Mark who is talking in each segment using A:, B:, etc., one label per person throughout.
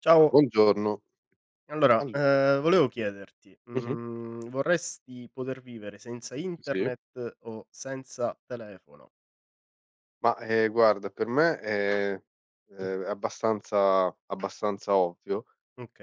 A: Ciao,
B: Buongiorno.
A: allora,
B: Allora.
A: volevo chiederti,
B: Mh-mh.
A: vorresti poter vivere senza
B: Sì.
A: internet o senza telefono?
B: Ma, guarda per me è, abbastanza ovvio.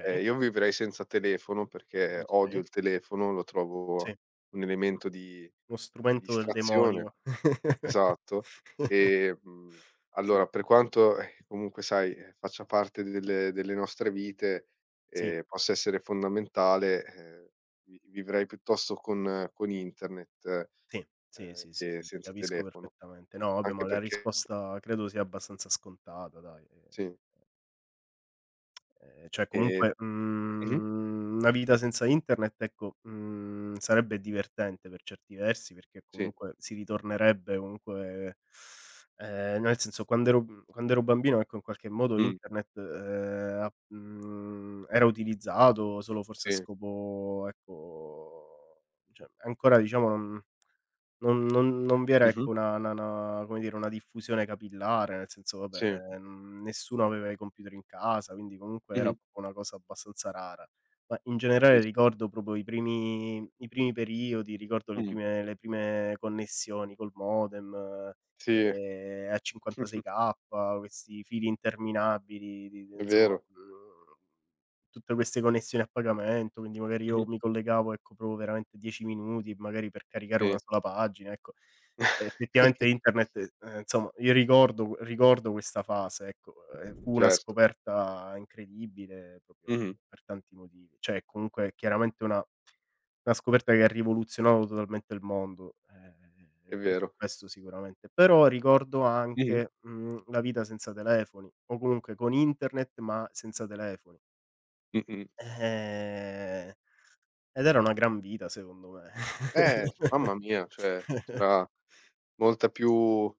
B: Io vivrei senza telefono perché odio
A: okay.
B: il telefono, lo trovo
A: Sì,
B: un elemento di
A: uno strumento del
B: distrazione.
A: demonio.
B: Esatto. E,
A: Sì,
B: allora per quanto, comunque sai, faccia parte delle nostre vite
A: sì,
B: e possa essere fondamentale, vi vivrei piuttosto con internet,
A: sì, sì, sì, sì, sì,
B: che
A: ti
B: senza
A: capisco
B: telefono,
A: perfettamente. No, vabbè,
B: anche
A: ma la
B: perché
A: risposta credo sia abbastanza scontata dai.
B: sì,
A: Cioè
B: ehm
A: comunque,
B: mh-mh,
A: una vita senza internet ecco, sarebbe divertente per certi versi, perché
B: sì,
A: comunque si ritornerebbe comunque. Nel senso, quando ero bambino ecco, in qualche modo
B: mh,
A: internet, era utilizzato solo forse a
B: sì,
A: scopo ecco, cioè ancora diciamo non vi era
B: mh-mh,
A: ecco una na na come dire, una diffusione capillare. Nel senso vabbè,
B: sì,
A: nessuno aveva i computer in casa, quindi comunque era
B: mh-mh,
A: proprio una cosa abbastanza rara. Ma in generale
B: capisco,
A: ricordo proprio i primi periodi, ricordo le
B: mh,
A: prime le prime connessioni col modem,
B: sì,
A: a 56K, questi fili interminabili di
B: è
A: insomma,
B: vero,
A: mhmm Tutte queste connessioni a pagamento, quindi magari
B: mh-mh,
A: io mi collegavo, ecco, proprio veramente 10 minuti, magari per caricare
B: sì,
A: una sola pagina, ecco. Effettivamente internet, insomma io ricordo questa fase, ecco, fu una
B: certo,
A: scoperta incredibile proprio
B: mh-mh,
A: per tanti motivi. Cioè, comunque chiaramente una scoperta che ha rivoluzionato totalmente il mondo,
B: è
A: e que su
B: vero,
A: questo sicuramente. Però ricordo
B: mh-mh,
A: anche, la vita senza telefoni o comunque con internet ma senza telefoni.
B: mh-mh.
A: Eh, Ed era una gran vita secondo me.
B: Mamma mia, cioè c'era molta più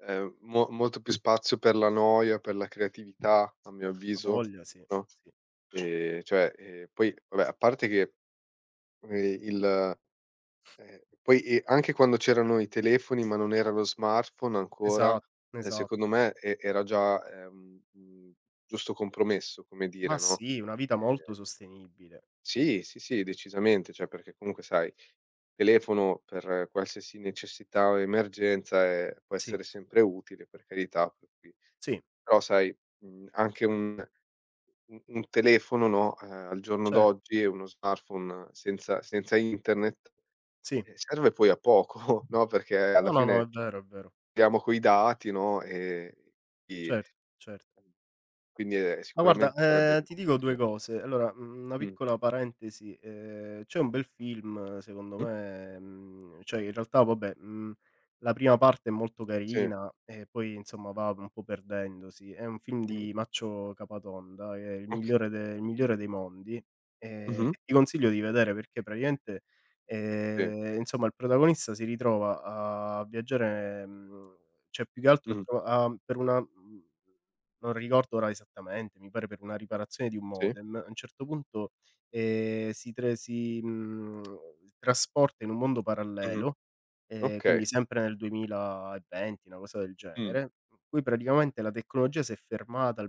B: mo molto più spazio per la noia, per la creatività, a mio
A: A
B: avviso,
A: voglia sì,
B: no,
A: sì.
B: cioè, poi vabbè, a parte che, ehm, il eh, poi, anche quando c'erano i telefoni, ma non era lo smartphone ancora,
A: Esatto, esatto.
B: secondo me era già, giusto compromesso, come
A: Ma
B: dire, no,
A: sì, una vita
B: ehm
A: molto sostenibile.
B: sì, sì, sì, decisamente, cioè perché comunque sai, telefono per qualsiasi necessità o emergenza, può
A: Sì,
B: essere sempre utile, per carità, per cui
A: sì,
B: però sai, anche un u un telefono, no, al giorno
A: certo,
B: d'oggi e uno smartphone senza internet
A: sì.
B: serve poi a poco, no, perché
A: No,
B: alla
A: no, no,
B: fine
A: è vero, è vero.
B: diamo coi dati, no, i
A: Certo, cer
B: quindi,
A: Ma guarda,
B: sicuramente sarebbe più
A: ti dico 2
B: utile.
A: cose. Allora, una
B: Mh.
A: piccola parentesi, c'è un bel film secondo
B: Mh.
A: me, cioè in realtà vabbè, la prima parte è molto
B: Sì.
A: carina e poi insomma va un po' perdendosi. È un film
B: Mh-mh.
A: di Maccio Capatonda, che è
B: Oka
A: Il migliore dei mondi,
B: Mh-mh.
A: che ti consiglio di vedere perché praticamente,
B: Sì.
A: insomma il protagonista si ritrova a viaggiare, cioè più che altro a
B: Mh-mh.
A: tro a per una, mhmm non ricordo ora esattamente, mi pare per una riparazione di un
B: Sì.
A: modem. A un certo punto, si trasporta in un mondo
B: Mh-mh.
A: parallelo,
B: Okay.
A: quindi sempre nel 2020, una cosa del
B: Mh.
A: genere, in cui praticamente la tecnologia si è fermata al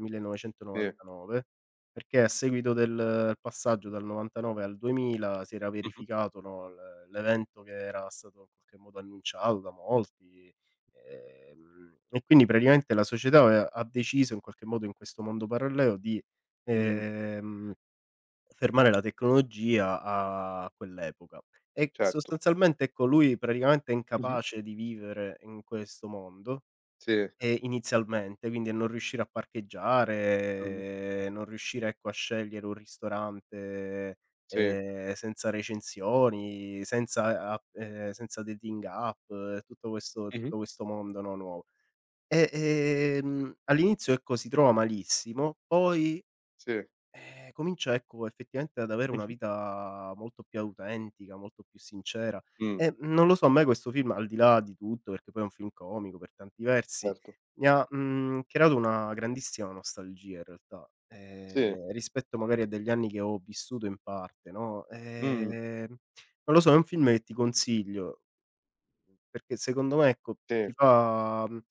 B: Sì.
A: 1999, perché a seguito del passaggio dal 99 al 2000 si era
B: Mh-mh.
A: verificato, no, l'evento che era stato in qualche modo annunciato da molti. E quindi praticamente la società aveva ha deciso in qualche modo, in questo mondo parallelo, di,
B: Mh.
A: ehm, fermare la tecnologia a quell'epoca. E
B: Certo.
A: sostanzialmente, ecco, lui praticamente è
B: Mh-mh.
A: incapace di vivere in questo mondo,
B: Sì.
A: inizialmente, quindi a non riuscire a
B: Mh-mh.
A: parcheggiare, non riuscire, ecco, a scegliere un ristorante,
B: Sì.
A: senza recensioni, senza app senza dating app, tutto questo
B: Mh-mh.
A: tutto questo mondo, no, nuovo. E, all'inizio ecco, si trova malissimo, poi,
B: Sì.
A: comincia ecco, effettivamente ad avere una
B: Mh-mh.
A: vita molto più autentica, molto più sincera
B: Mh.
A: e, non lo so, a me questo film, al di là di tutto, perché poi è un film comico per tanti versi,
B: Certo.
A: mi ha, creato una grandissima nostalgia in realtà,
B: Sì.
A: rispetto magari a degli anni che ho vissuto in parte, no,
B: Mh.
A: non lo so, è un film che ti consiglio, perché secondo me ecco, ti
B: Sì.
A: fa, mhmm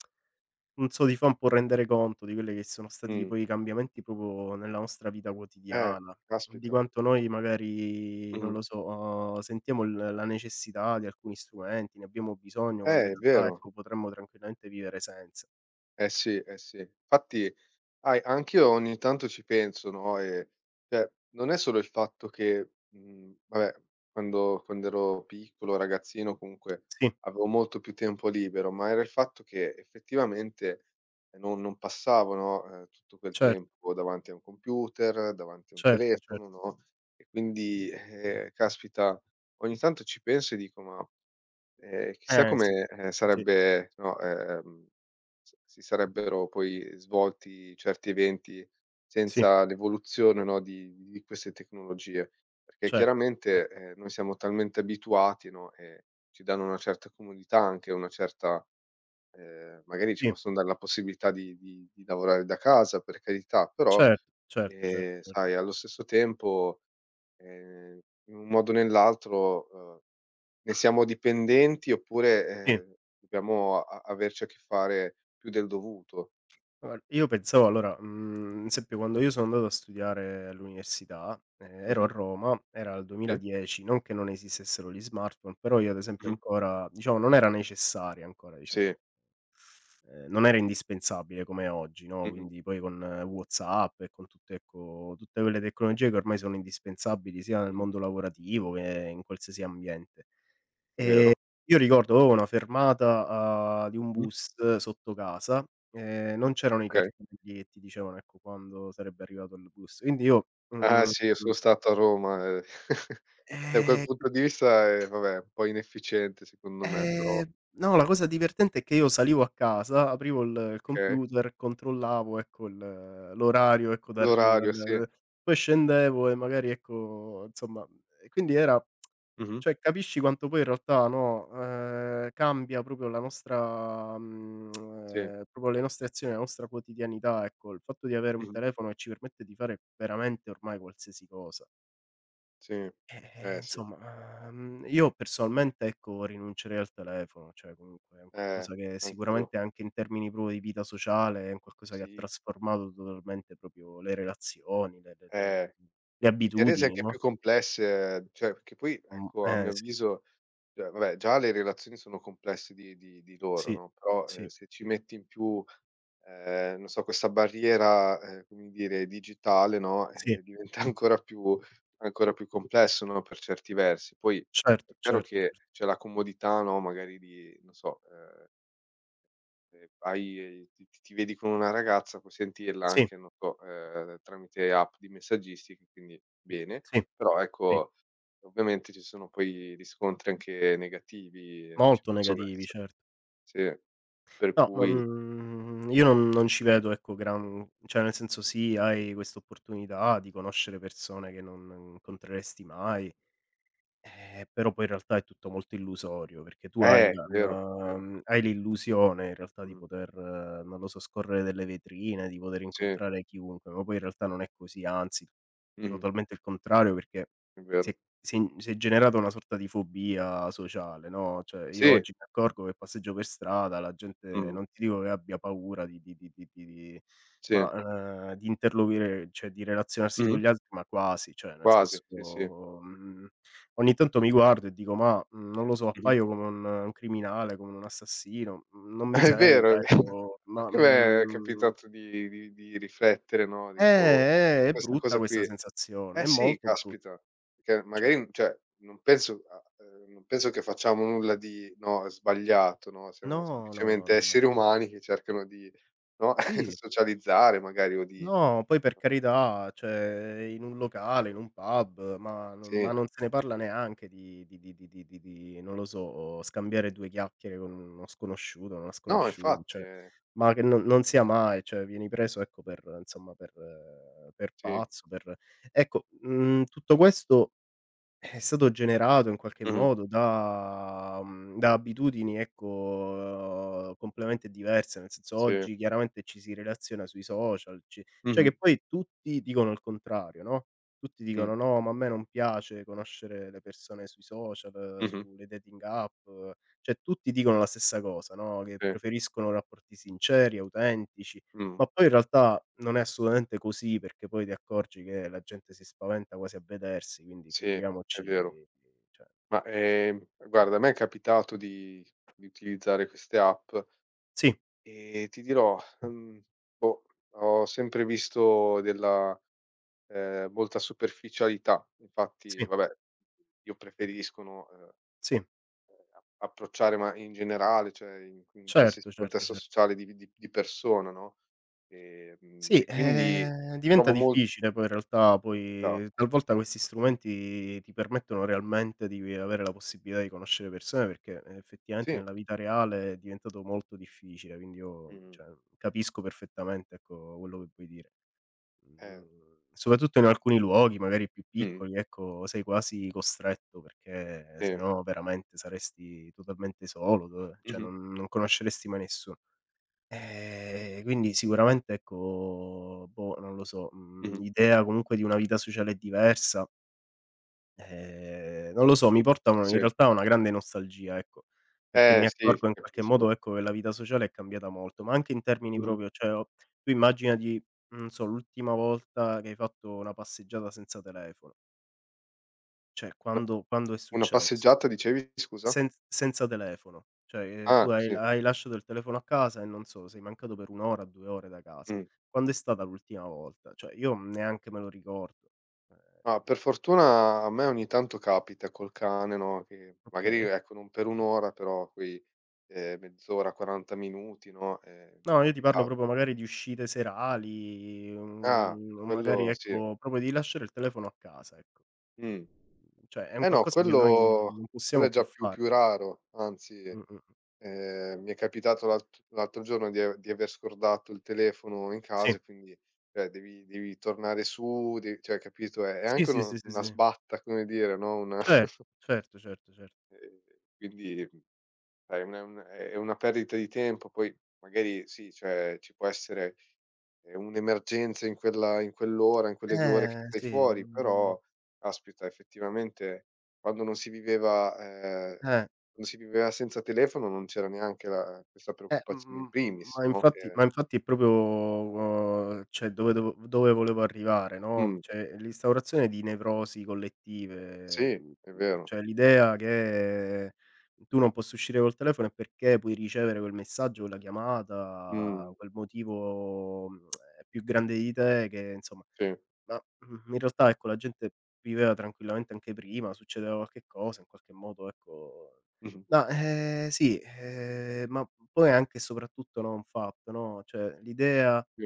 A: non so, ti fa un po' rendere conto di quelli che sono stati
B: Mh.
A: poi i cambiamenti proprio nella nostra vita
B: Eh,
A: quotidiana, di
B: caspita.
A: quanto noi magari, non
B: Mh.
A: lo so, sentiamo l la necessità di alcuni strumenti, ne abbiamo bisogno quando in
B: È
A: realtà,
B: vero.
A: ecco, potremmo tranquillamente vivere senza.
B: Eh sì, eh sì. Infatti. Sai, anch'io ogni tanto ci penso, no, cioè, non è solo il fatto che, vabbè, quando ero piccolo, ragazzino, comunque
A: Sì,
B: avevo molto più tempo libero, ma era il fatto che effettivamente non passavo, no, tutto quel
A: certo,
B: tempo davanti a un computer, davanti a un
A: certo,
B: telefono,
A: certo.
B: no, e quindi, caspita, ogni tanto ci penso e dico: "Ma chissà
A: Eh sì,
B: come,
A: sì,
B: sarebbe no, s si sarebbero poi svolti certi eventi
A: sì,
B: senza l'evoluzione, no, di queste tecnologie, perché
A: certo, cer
B: chiaramente, noi siamo talmente abituati, no, e ci danno una certa comodità, anche una certa magari ci
A: sì,
B: possono dare la possibilità di lavorare da casa, per carità, però,
A: certo, certo, certo, cer
B: sai, allo stesso tempo, ehm, in un modo o nell'altro, ne siamo dipendenti oppure,
A: sì.
B: ehm, dobbiamo a averci a che fare più del dovuto.
A: Guar Io pensavo allora, ad esempio quando io sono andato a studiare all'università, ero a
B: Mh-mh.
A: Roma, era il
B: Sì.
A: 2010, non che non esistessero gli smartphone, però io ad esempio
B: Mh-mh.
A: ancora diciamo non era necessaria ancora
B: Sì.
A: diciamo, non era indispensabile come è oggi, no,
B: Mh-mh.
A: quindi poi con WhatsApp e con tutte ecco, tutte quelle tecnologie che ormai sono indispensabili sia nel
B: Mh-mh.
A: mondo lavorativo che in qualsiasi ambiente. Ehm,
B: Vero.
A: io ricordo avevo una fermata, di un
B: Mh-mh.
A: bus sotto casa, non c'erano i
B: Okay.
A: cartelli che ti dicevano, ecco, quando sarebbe arrivato il bus. Quindi io,
B: Ah sì, io sono stato a Roma, da quel
A: ehm,
B: punto di vista, vabbè, un po' inefficiente secondo me però,
A: no, la cosa divertente è che io salivo a casa, aprivo il
B: okay.
A: computer, controllavo, ecco, il l'orario, ecco, d'arrivo del
B: L'orario, sì.
A: del- Poi scendevo e magari, ecco, insomma, quindi era.
B: Mh-mh.
A: Cioè, capisci quanto poi in realtà, no, cambia proprio
B: Sì.
A: proprio le nostre azioni, la nostra quotidianità, ecco. Il fatto di avere un
B: Mh-mh.
A: telefono che ci permette di fare veramente ormai qualsiasi cosa.
B: Sì.
A: Eh,
B: Eh sì.
A: insomma, io personalmente, ecco, rinuncerei al telefono, cioè comunque è un
B: Eh,
A: qualcosa che
B: anch'io.
A: sicuramente anche in termini proprio di vita sociale, è un qualcosa che ha
B: Sì.
A: trasformato totalmente proprio le relazioni,
B: Eh.
A: le
B: Le rese
A: abitudini,
B: anche
A: no,
B: più complesse, cioè perché poi ecco, a mio
A: sì,
B: avviso, cioè vabbè già le relazioni sono complesse di loro,
A: sì,
B: no, però,
A: sì,
B: se ci metti in più, non so questa barriera, come dire digitale, no,
A: sì.
B: diventa ancora più complesso, no, per certi versi. Poi
A: Certo,
B: è chiaro
A: certo,
B: che
A: cer
B: c'è la comodità, no, magari di non so, hai ti vedi con una ragazza, puoi sentirla
A: sì,
B: anche, non so, tramite app di messaggistica, quindi bene,
A: sì,
B: però
A: sì,
B: ecco, ovviamente ci sono poi riscontri anche negativi, ci
A: molto
B: possono
A: negativi,
B: essere
A: certo.
B: sì, per
A: No, ma,
B: cui
A: io non ci vedo ecco gran, cioè nel senso sì, hai quest'opportunità di conoscere persone che non incontreresti mai. Però poi in realtà è tutto molto illusorio, perché tu
B: è vero, è vero.
A: hai l'illusione in realtà di
B: Mh.
A: poter, non lo so, scorrere delle vetrine, di poter
B: Sì.
A: incontrare chiunque, ma poi in realtà non è così, anzi
B: Mh-mh.
A: totalmente il contrario, perché
B: È
A: si
B: vero.
A: è si è generata una sorta di fobia sociale, no, cioè io
B: Sì.
A: oggi mi accorgo che passeggio per strada, la gente
B: Mh.
A: non ti dico che abbia paura di
B: Sì.
A: ma, di interloquire, cioè di relazionarsi con
B: Mh-mh.
A: gli altri, ma quasi, cioè nel
B: Quasi, sì, sì.
A: senso, mhmm Ogni tanto mi guardo e dico: "Ma, non lo so,
B: Mh-mh.
A: appaio come un criminale, come un assassino, non mi
B: È vero, è
A: sembra,
B: vero.
A: ecco, ma,
B: Anche a me è
A: mhmm"
B: capitato di riflettere, no,
A: Eh,
B: tipo
A: è
B: questa
A: brutta
B: cosa qui.
A: questa sensazione,
B: Eh
A: è
B: sì,
A: molto brutta.
B: caspita, perché
A: Cioè
B: magari cioè, non penso che facciamo nulla di no, sbagliato, no, siamo
A: no, no, no,
B: semplicemente
A: no, no,
B: esseri
A: no.
B: umani che cercano di, no,
A: Sì.
B: socializzare magari o di
A: No, poi per carità, cioè in un locale, in un pub, ma non ma
B: sì.
A: non se ne parla neanche di non lo so, scambiare 2 chiacchiere con uno sconosciuto, una
B: No,
A: sconosciuta,
B: infatti,
A: cioè ma che non sia mai, cioè vieni preso ecco per insomma per
B: sì.
A: pazzo, per ecco, tutto questo è stato generato in qualche
B: Mh-mh,
A: modo da abitudini ecco, completamente diverse. Nel senso,
B: sì.
A: oggi chiaramente ci si relaziona sui social, ci cioè
B: Mh-mh,
A: che poi tutti dicono il contrario, no, tutti
B: mh,
A: dicono: "No, ma a me non piace conoscere le persone sui social,
B: mh-mh,
A: sulle dating app", cioè tutti dicono la stessa cosa, no, che
B: sì,
A: preferiscono rapporti sinceri, autentici.
B: mh,
A: Ma poi in realtà non è assolutamente così, perché poi ti accorgi che la gente si spaventa quasi a vedersi, quindi
B: sì, è vero.
A: figuriamoci, cioè
B: Ma, guarda, a me è capitato di utilizzare queste app
A: sì,
B: e ti dirò, boh, ho sempre visto della molta superficialità. Infatti,
A: sì,
B: vabbè, io preferiscono,
A: sì,
B: a approcciare ma in generale, cioè in qualsiasi
A: certo, certo,
B: contesto
A: cer
B: sociale di persona, no,
A: sì,
B: e quindi
A: diventa
B: trovo molto.
A: difficile poi in realtà, poi talvolta questi strumenti ti permettono realmente di avere la possibilità di conoscere persone, perché effettivamente
B: Sì,
A: nella vita reale è diventato molto difficile, quindi io,
B: mh,
A: cioè, capisco perfettamente, ecco, quello che vuoi dire.
B: eh,
A: Soprattutto in alcuni luoghi, magari più
B: mh,
A: piccoli, ecco, sei quasi costretto, perché se
B: sì,
A: no veramente saresti totalmente solo, dove cioè
B: mh-mh,
A: non conosceresti mai nessuno. Quindi sicuramente ecco, boh, non lo so,
B: mh-mh,
A: l'idea comunque di una vita sociale diversa. Non lo so, mi porta u
B: sì.
A: in realtà a una grande nostalgia, ecco, perché mi
B: Sì,
A: accorgo in qualche
B: capisco.
A: modo, ecco, che la vita sociale è cambiata molto, ma anche in termini
B: Mh-mh.
A: proprio cioè o tu immaginati, non so, l'ultima volta che hai fatto una passeggiata senza telefono, cioè
B: Una
A: quando è
B: una
A: successo?
B: passeggiata dicevi, scusa?
A: Senza telefono, cioè, tu
B: Ah, sì,
A: hai lasciato il telefono a casa e non so, sei mancato per 1 ora, 2 ore da casa.
B: mh.
A: Quando è stata l'ultima volta? Cioè io neanche me lo ricordo. Ehm,
B: Ah, per fortuna a me ogni tanto capita col cane, no, che magari,
A: okay.
B: ecco, non per 1 ora, però quei, mezz'ora, 40 minuti, no, mi è
A: No, io ti parlo
B: capitato.
A: proprio magari di uscite serali,
B: Ah,
A: o magari
B: quello sì.
A: ecco, proprio di lasciare il telefono a casa, ecco.
B: Mh.
A: Cioè è un
B: Eh no,
A: qualcosa che noi
B: quello
A: non
B: è
A: possiamo più
B: già più
A: fare.
B: raro, anzi,
A: Mh-mh.
B: mi è capitato l'altro giorno di aver scordato il telefono in
A: Sì.
B: casa e quindi, cioè, devi tornare su, de cioè, capito, è
A: Sì,
B: anche
A: sì, sì,
B: uno
A: sì,
B: una
A: sì.
B: sbatta, come dire, no, una
A: Certo, certo, certo, certo.
B: ehm, quindi. Sai, un è una perdita di tempo, poi magari sì, cioè ci può essere, un'emergenza in quella in quell'ora, in quelle 2 ore che stai
A: Sì,
B: fuori, però caspita effettivamente quando non si viveva
A: eh.
B: quando si viveva senza telefono non c'era neanche la questa preoccupazione in primis,
A: Ma
B: no,
A: infatti,
B: che
A: è proprio, cioè dove volevo arrivare, no,
B: mh,
A: cioè l'instaurazione di nevrosi
B: sì,
A: collettive,
B: è vero.
A: cioè l'idea che tu non possa uscire col telefono è perché puoi ricevere quel messaggio, quella chiamata,
B: Mh,
A: quel motivo, è più grande di te, che insomma,
B: sì,
A: ma, in realtà ecco, la gente viveva tranquillamente anche prima, succedeva qualche cosa, in qualche modo ecco.
B: mh-mh,
A: No, sì, ma poi anche e soprattutto, no, un fatto, no, cioè l'idea,
B: sì,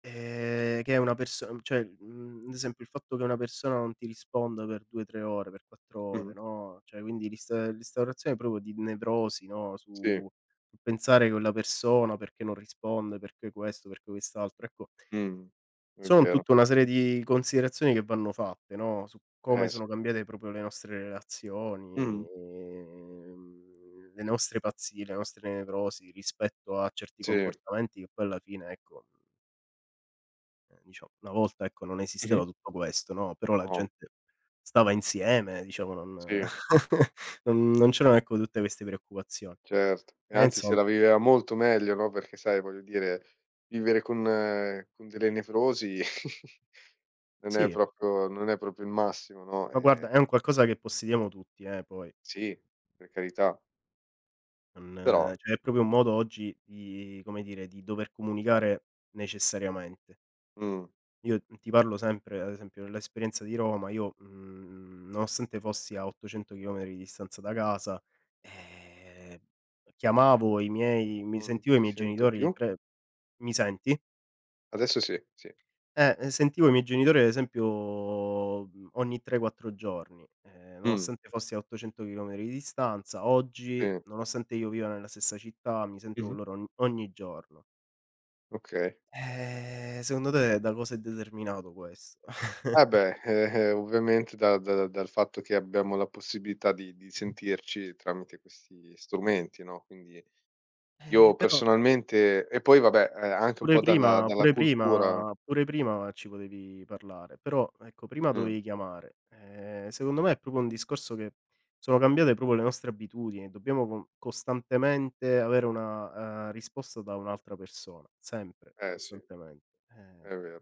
A: che una perso cioè, mhmm, ad esempio il fatto che una persona non ti risponda per 2, 3 ore, per 4 ore,
B: mh-mh,
A: no, cioè quindi l'instaurazione proprio di nevrosi, no,
B: sì,
A: su sul pensare che quella persona perché non risponde, perché questo, perché quest'altro, ecco
B: mh, è
A: sono
B: vero.
A: tutta una serie di considerazioni che vanno fatte, no, su come
B: Eh sì.
A: sono cambiate proprio le nostre relazioni,
B: Mh-mh,
A: le nostre pazzie, le nostre nevrosi rispetto a certi
B: sì,
A: comportamenti che poi alla fine, ecco, diciamo una volta, ecco, non
B: mh-mh,
A: esisteva tutto questo, no, però la
B: no,
A: gente stava insieme, diciamo non
B: sì.
A: non c'erano, ecco, tutte queste preoccupazioni.
B: Certo, e anzi se
A: Insom
B: la viveva molto meglio, no, perché sai, voglio dire, vivere con delle nevrosi non è
A: Sì,
B: proprio non è proprio il massimo, no,
A: ma guarda è un qualcosa che possediamo tutti, poi.
B: sì, per carità,
A: Non
B: però
A: Cioè è proprio un modo oggi di, come dire, di dover comunicare necessariamente.
B: mh,
A: Io ti parlo sempre, ad esempio, dell'esperienza di Roma, nonostante fossi a 800 chilometri di distanza da casa, ehm, chiamavo i miei mi
B: non
A: sentivo i
B: ti
A: miei
B: sento più?
A: genitori tre "Mi senti?"
B: Adesso sì, sì.
A: Sentivo i miei genitori ad esempio, ogni 3, 4 giorni,
B: Mh,
A: nonostante fossi a 800 chilometri di distanza. Oggi,
B: sì.
A: nonostante io viva nella stessa città, mi sento
B: Mh-mh.
A: con loro ogni giorno.
B: Okay.
A: Secondo te da cosa è determinato questo?
B: Eh beh, ovviamente da da dal fatto che abbiamo la possibilità di sentirci tramite questi strumenti, no, quindi io
A: Però
B: personalmente e poi vabbè, anche un
A: Pure
B: po' dalla
A: prima
B: cultura.
A: ci potevi parlare, però ecco prima
B: Mh.
A: dovevi chiamare. Secondo me è proprio un discorso che sono cambiate proprio le nostre abitudini, dobbiamo con costantemente avere una, risposta da un'altra persona, sempre,
B: Eh sì, è
A: costantemente.
B: vero.